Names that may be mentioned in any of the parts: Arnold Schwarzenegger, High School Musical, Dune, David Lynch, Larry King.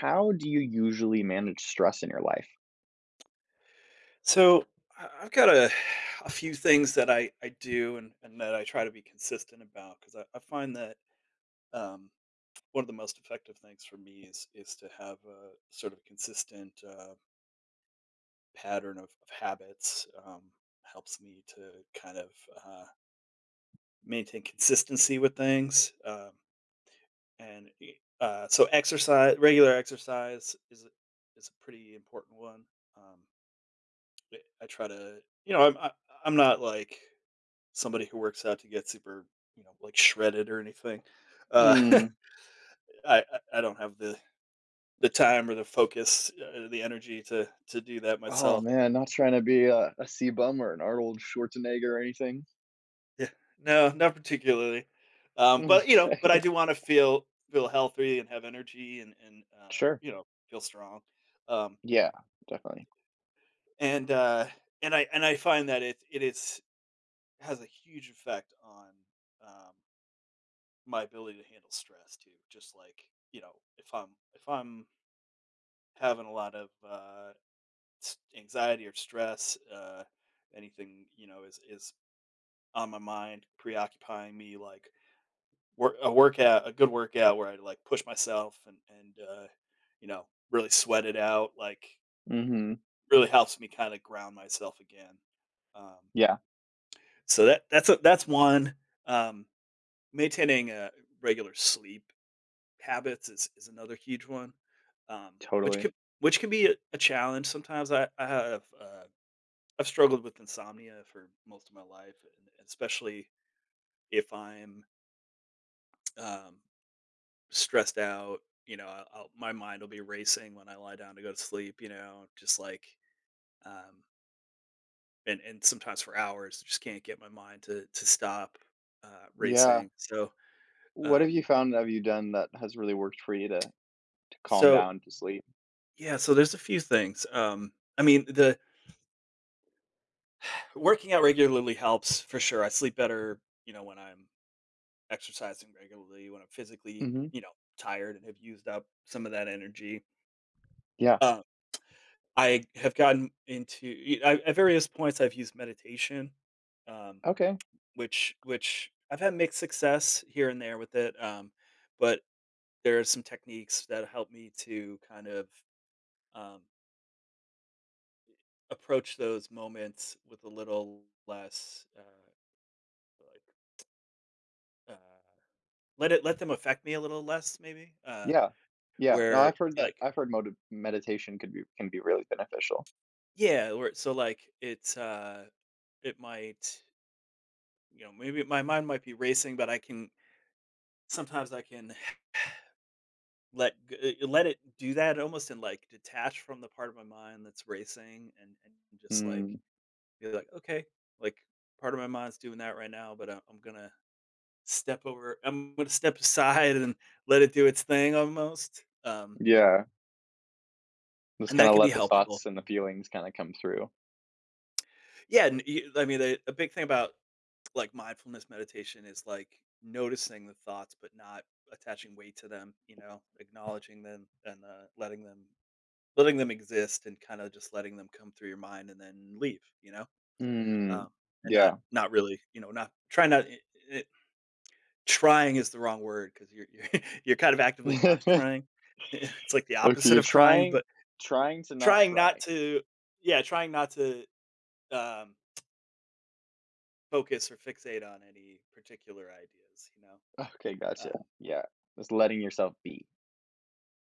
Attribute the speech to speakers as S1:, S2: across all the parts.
S1: How do you usually manage stress in your life?
S2: So I've got a, a few things that I do and that I try to be consistent about because I find that um, one of the most effective things for me is to have a sort of consistent pattern of habits. Helps me to kind of uh, maintain consistency with things, so exercise, regular exercise is a pretty important one. Um, I try to, I'm not like somebody who works out to get super, you know, like shredded or anything. Uh,
S1: Mm.
S2: I I I don't have the time or the focus, the energy to do that
S1: Oh
S2: myself.
S1: man, not trying to be a C bum or an Arnold Schwarzenegger or anything.
S2: Yeah, no, not particularly. But you know, but I
S1: Okay.
S2: do want to feel healthy and have energy and,
S1: Sure.
S2: you know, feel strong. Um,
S1: Yeah, definitely.
S2: and uh, and I find that it is has a huge effect on, um, my ability to handle stress too. Just like, you know, if I'm having a lot of, s anxiety or stress, anything, you know, is on my mind, preoccupying me, like, work a workout a good workout where I, like, push myself and, you know, really sweat it out, like,
S1: Hmm.
S2: really helps me kinda ground myself again. Um,
S1: Yeah.
S2: so that's one. Um, Maintaining, regular sleep habits is another huge one, which
S1: Totally,
S2: could which can be a challenge sometimes. I have, I've struggled with insomnia for most of my life, and especially if I'm um, stressed out. You know, my mind will be racing when I lie down to go to sleep. You know, just like um, and sometimes for hours, I just can't get my mind to stop,
S1: yeah.
S2: racing.
S1: What have
S2: Um,
S1: you found? Have you done that has really worked for you to calm
S2: so
S1: down, to sleep.
S2: yeah, so there's a few things. I mean, the working out regularly helps for sure. I sleep better. You know, when I'm exercising regularly, when I'm physically,
S1: Hmm.
S2: you know, tired and have used up some of that energy.
S1: Yeah.
S2: Uh, I have gotten into at various points. I've used meditation, um,
S1: Okay.
S2: which I've had mixed success here and there with it, but there are some techniques that help me to kind of, um, approach those moments with a little less, like uh, let it let them affect me a little less, maybe.
S1: Yeah. Yeah. No,
S2: Where
S1: I've heard that.
S2: like
S1: I've heard meditation could be can be really beneficial.
S2: Yeah, or so like it's, it might, you know, maybe my mind might be racing, but I can sometimes I can let it do that almost and like detach from the part of my mind that's racing and just like
S1: Hmm.
S2: be like, okay, like part of my mind's doing that right now, but I'm gonna step over I'm gonna step aside and let it do its thing almost.
S1: Yeah. Just
S2: And
S1: kind
S2: that
S1: of
S2: can be
S1: let the
S2: helpful.
S1: thoughts and the feelings kind of come through.
S2: Yeah, and you, I mean, a big thing about like mindfulness meditation is like noticing the thoughts but not attaching weight to them, you know, acknowledging them and, letting them exist and kind of just letting them come through your mind and then leave, you know, um,
S1: Mm,
S2: and
S1: yeah.
S2: not really, you know, not trying not I- I- trying is the wrong word because you're you're kind of actively not trying it's like the
S1: Okay,
S2: opposite
S1: you're
S2: of trying,
S1: trying
S2: but
S1: trying to not
S2: trying not
S1: try.
S2: to yeah trying not to, um focus or fixate on any particular ideas, you know.
S1: Okay, gotcha.
S2: Um,
S1: Yeah, just letting yourself be.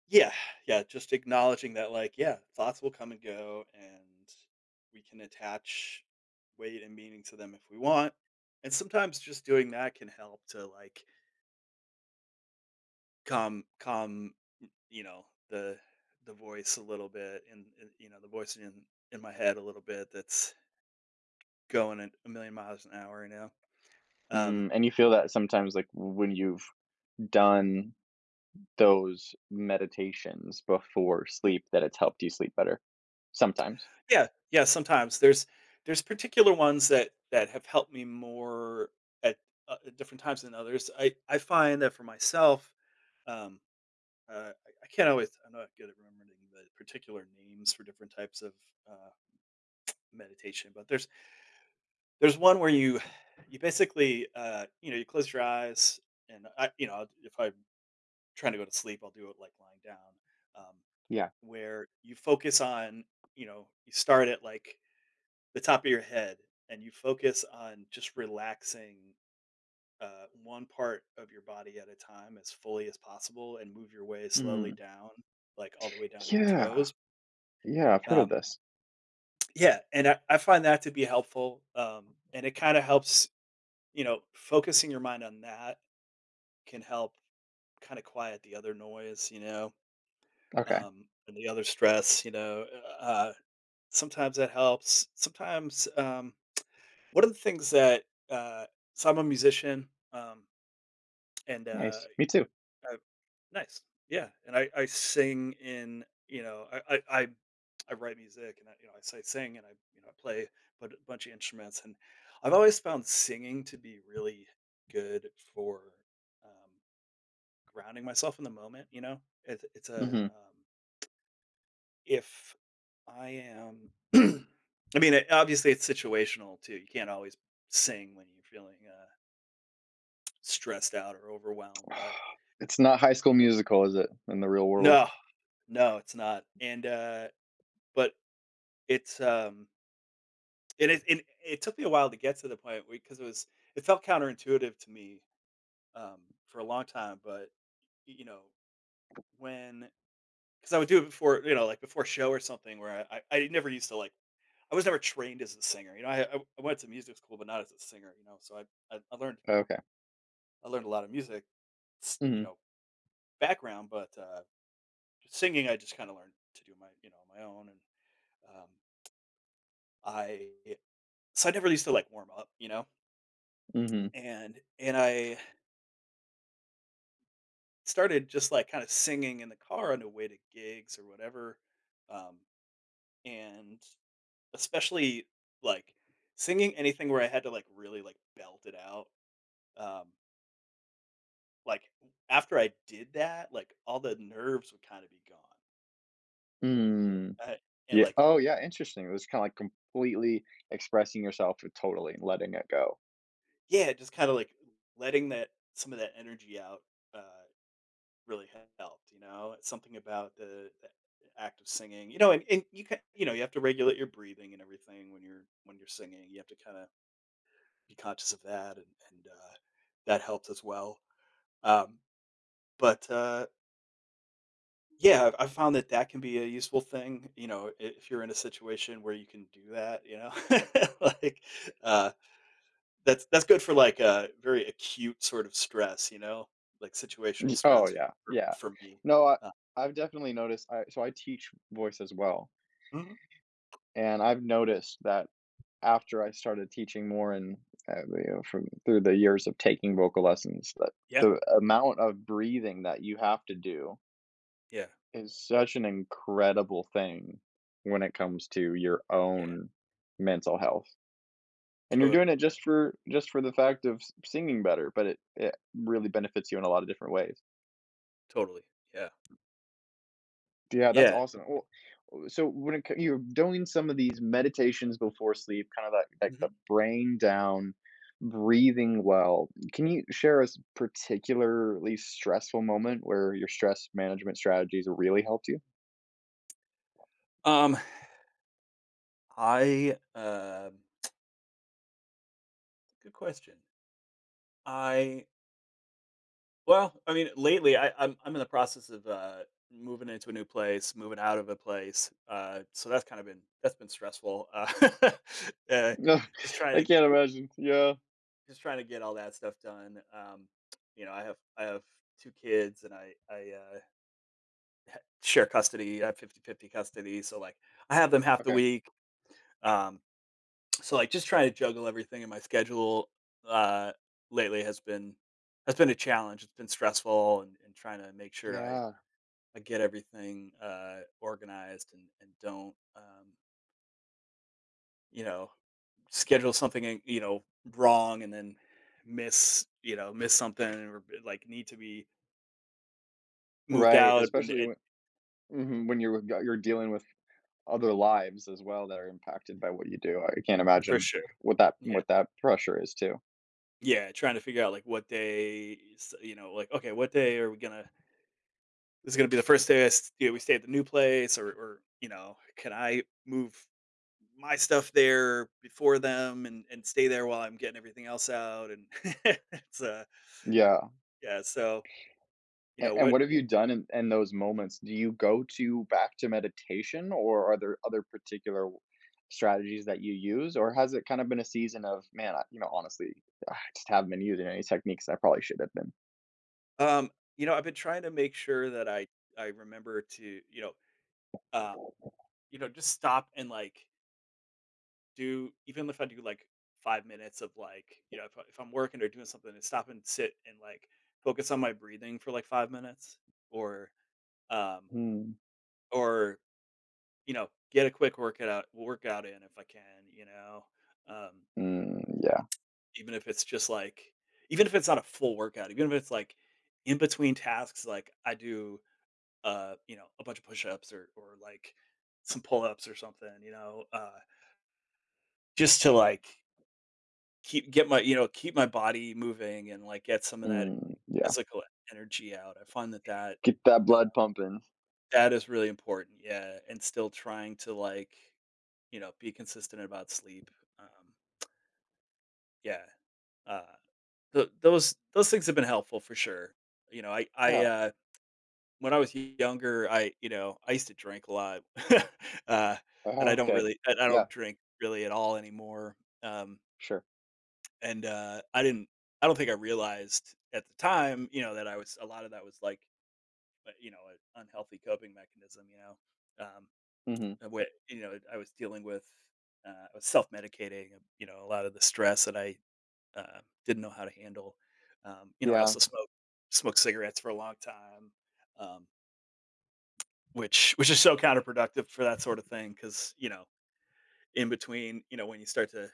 S2: Yeah, yeah, just acknowledging that, like, yeah, thoughts will come and go, and we can attach weight and meaning to them if we want. And sometimes just doing that can help to like calm, you know, the voice a little bit, and, you know, the voice in my head a little bit that's going at a million miles an hour. You know, um, hmm.
S1: Mm, and you feel that sometimes, like, when you've done those meditations before sleep, that it's helped you sleep better? Sometimes?
S2: Yeah, sometimes there's particular ones that have helped me more at, at different times than others. I find that for myself, um, I can't always. I'm not good at remembering the particular names for different types of uh, meditation, but there's one where you basically, you know, you close your eyes, and I you know, if I'm trying to go to sleep, I'll do it like lying down, um,
S1: Yeah.
S2: where you focus on, you know, you start at like the top of your head and you focus on just relaxing, one part of your body at a time as fully as possible and move your way slowly
S1: Mm.
S2: down, like all the way down to your
S1: Yeah,
S2: toes.
S1: yeah, I've heard of
S2: Um,
S1: this.
S2: yeah. And I find that to be helpful. And it kind of helps, you know, focusing your mind on that can help kind of quiet the other noise, you know,
S1: Okay,
S2: and the other stress, you know. Uh, Sometimes that helps. Sometimes, one of the things that, uh, so I'm a musician, and uh,
S1: nice. Me too.
S2: I, nice, yeah, and I sing in, you know, I write music and I, you know, I sing and I, you know, I play but a bunch of instruments, and I've always found singing to be really good for, um, grounding myself in the moment. You know, it's a,
S1: Mhm.
S2: if I am, I mean, it, obviously it's situational too. You can't always sing when you're feeling. Stressed out or overwhelmed, but
S1: It's not High School Musical, is it, in the real world?
S2: no, no, it's not. And, but it's, and it, and it took me a while to get to the point because it felt counterintuitive to me, um for a long time, but you know, when because I would do it before, you know, like before a show or something where I never used to like, I was never trained as a singer. You know, I went to music school, but not as a singer, you know, so I, I learned,
S1: Okay.
S2: I learned a lot of music, you
S1: Mhm,
S2: know, background, but, singing, I just kind of learned to do my, you know, on my own. And Um, I So I never used to like warm up, you know,
S1: mhm.
S2: and I started just like kind of singing in the car on the way to gigs or whatever, um, and especially like singing anything where I had to like really like belt it out. Um, like after I did that, like all the nerves would kind of be gone,
S1: Mm.
S2: uh, and
S1: Yeah.
S2: like
S1: Oh, yeah, interesting. It was kinda like completely expressing yourself and totally and letting it go.
S2: yeah, just kind of like letting that some of that energy out. Uh, Really helped, you know? It's something about the act of singing, you know, and you can, you know, you have to regulate your breathing and everything when you're singing. You have to kinda be conscious of that and, that helps as well. Um, but, uh, yeah, I've found that that can be a useful thing, you know, I if you're in a situation where you can do that, you know? Like, uh, that's good for, like, a very acute sort of stress, you know? Like, situational
S1: Y Oh,
S2: stress
S1: yeah, yeah.
S2: for me.
S1: No,
S2: Uh
S1: I've definitely noticed I so I teach voice as well,
S2: mhm.
S1: and I've noticed that after I started teaching more and, you know, from through the years of taking vocal lessons, that
S2: Yeah,
S1: the amount of breathing that you have to do
S2: yeah,
S1: is such an incredible thing when it comes to your
S2: yeah.
S1: own mental health. And you're doing
S2: Totally,
S1: it
S2: yeah,
S1: just for the fact of s singing better, but it really benefits you in a lot of different ways.
S2: totally, yeah,
S1: Yeah, that's
S2: yeah.
S1: awesome. Well, so when it co you're doing some of these meditations before sleep, kind of like the
S2: Mhm.
S1: brain down, breathing well. Can you share a s particularly stressful moment where your stress management strategies really helped you?
S2: Um, I, um Good question. I Well, I mean, lately, I'm in the process of, moving into a new place, moving out of a place, so that's kinda been that's been stressful, uh,
S1: No,
S2: just
S1: I
S2: trying to
S1: can't imagine. Yeah.
S2: just trying to get all that stuff done, you know, I have 2 kids and I share custody, I have 50/50 custody, so, like, I have them half the
S1: Okay.
S2: week, um so, like, just trying to juggle everything in my schedule, uh, lately has been a challenge. It's been stressful, and trying to make sure
S1: Yeah.
S2: I get everything, organized, and don't, you know, schedule something, and, you know, wrong and then miss, you know, miss something or like need to be moved
S1: Right,
S2: out, and
S1: especially when, mhm, when you're dealing with other lives as well that are impacted by what you do. I can't
S2: for
S1: imagine
S2: sure. Yeah.
S1: what that pressure is too.
S2: Yeah. Trying to figure out like what day, you know, like, okay, what day are we going to this is gonna be the first day I s you know, we stay at the new place, or, you know, can I move my stuff there before them and stay there while I'm getting everything else out? And it's,
S1: Yeah.
S2: yeah, so, you know,
S1: And
S2: what
S1: what have you done in those moments? Do you go to back to meditation or are there other particular strategies that you use, or has it kind of been a season of, man, I, you know, honestly, I just haven't been using any techniques I probably should have been.
S2: um, I've been trying to make sure that I remember to, um, just stop and, do even if I do, 5 minutes of, if I if I'm working or doing something, to stop and sit and, focus on my breathing for, 5 minutes or, um,
S1: Hmm.
S2: or get a quick workout in if I can, Um,
S1: Mm, yeah.
S2: Even if it's just like, even if it's not a full workout, even if it's like in between tasks, like I do, a bunch of push-ups, or like some pull-ups or something, just to like keep, get my you know keep my body moving and like get some of that
S1: Mm, yeah.
S2: physical energy out. I find that
S1: Get that
S2: uh,
S1: blood pumping.
S2: that is really important. Yeah, and still trying to be consistent about sleep. Um, Yeah. Uh, th those things have been helpful for sure. You know, I I,
S1: Yeah.
S2: uh when I was younger, I used to drink a lot. Uh, and
S1: Oh,
S2: I don't
S1: okay.
S2: really I I
S1: Yeah,
S2: don't drink really at all anymore. Um,
S1: sure.
S2: and, I don't think I realized at the time, that I was a lot of that was like, an unhealthy coping mechanism, Um,
S1: Hmm.
S2: and wh I was dealing with, I was self-medicating, a lot of the stress that I didn't know how to handle. I
S1: Yeah.
S2: also smoked cigarettes for a long time, um, which is so counterproductive for that sort of thing, because in between, when you start to,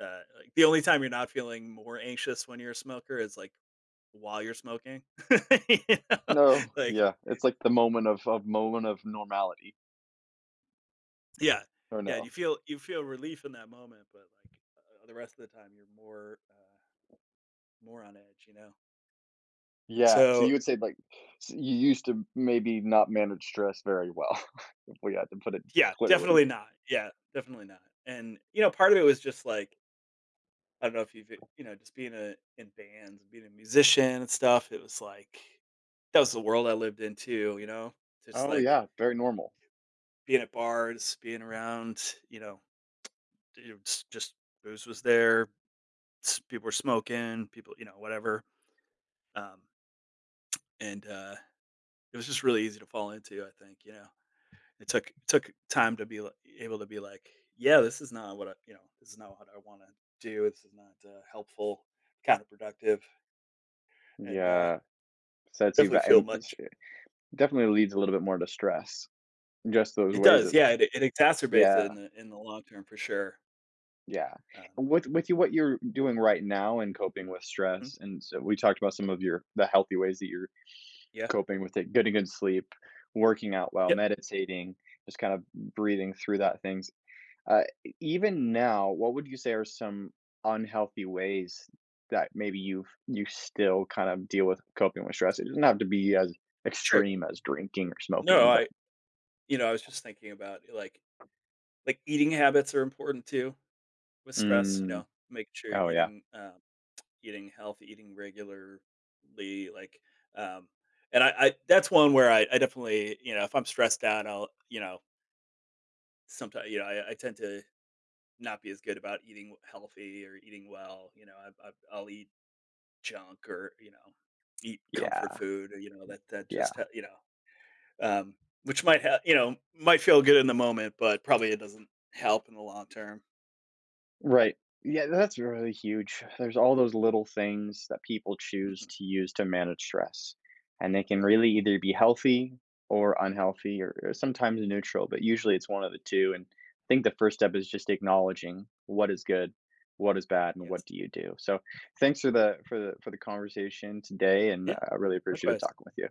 S2: like, the only time you're not feeling more anxious when you're a smoker is like while you're smoking. you know?
S1: No,
S2: Like,
S1: yeah, it's like the moment of moment of normality,
S2: yeah,
S1: or
S2: yeah, you
S1: no?
S2: feel relief in that moment, but like, the rest of the time, you're more on edge. You know,
S1: Yeah, so
S2: so
S1: you would say, like, s you used to maybe not manage stress very well, if we had to put it
S2: yeah,
S1: clearly.
S2: definitely not. Yeah, definitely not. And, part of it was just like, I don't know if you've, just being a, in bands and being a musician and stuff, it was like, that was the world I lived in too, just
S1: Oh,
S2: like
S1: yeah, very normal.
S2: being at bars, being around, you know, just booze was there, people were smoking, people, whatever. Um, and It was just really easy to fall into, I think, It took time to be li able to be like, "Yeah, this is not what I you know, this is not what I wanna do. This is not, helpful, counterproductive," and,
S1: Yeah, sets you
S2: definitely
S1: back.
S2: feel
S1: And it's
S2: much—
S1: it definitely leads a little bit more to stress, just those
S2: it
S1: ways
S2: does,
S1: of,
S2: yeah, it exacerbates it
S1: yeah,
S2: in the long term for sure.
S1: yeah.
S2: Um
S1: And with you what you're doing right now and coping with
S2: Mhm.
S1: stress, and so we talked about some of your the healthy ways that you're
S2: Yeah.
S1: coping with it, getting good sleep, working out well,
S2: Yep,
S1: meditating, just kind of breathing through that things. E even now, what would you say are some unhealthy ways that maybe you still kind of deal with coping with stress? It doesn't have to be as
S2: sure.
S1: extreme as drinking or
S2: No,
S1: smoking, but
S2: I I was just thinking about, like, eating habits are important too with stress,
S1: mm,
S2: making sure you're
S1: oh, yeah.
S2: eating, eating healthy, eating regularly, like, um, and I that's one where I definitely, if I'm stressed out, sometimes, you know, I tend to not be as good about eating healthy or eating well. I'll eat junk, or, eat comfort
S1: Yeah,
S2: food, or, you know, that, that
S1: yeah.
S2: just, ha- you know, um, which might have, might feel good in the moment, but probably it doesn't help in the long term.
S1: Right. Yeah, that's really huge. There's all those little things that people choose
S2: Mhm.
S1: to use to manage stress, and they can
S2: Totally.
S1: really either be healthy or unhealthy, or sometimes neutral, but usually it's one of the two. And I think the first step is just acknowledging what is good, what is bad, and
S2: Yes.
S1: what do you do. So thanks for the for the for the conversation today, and
S2: Yeah.
S1: I really appreciate it
S2: Likewise.
S1: talking with you.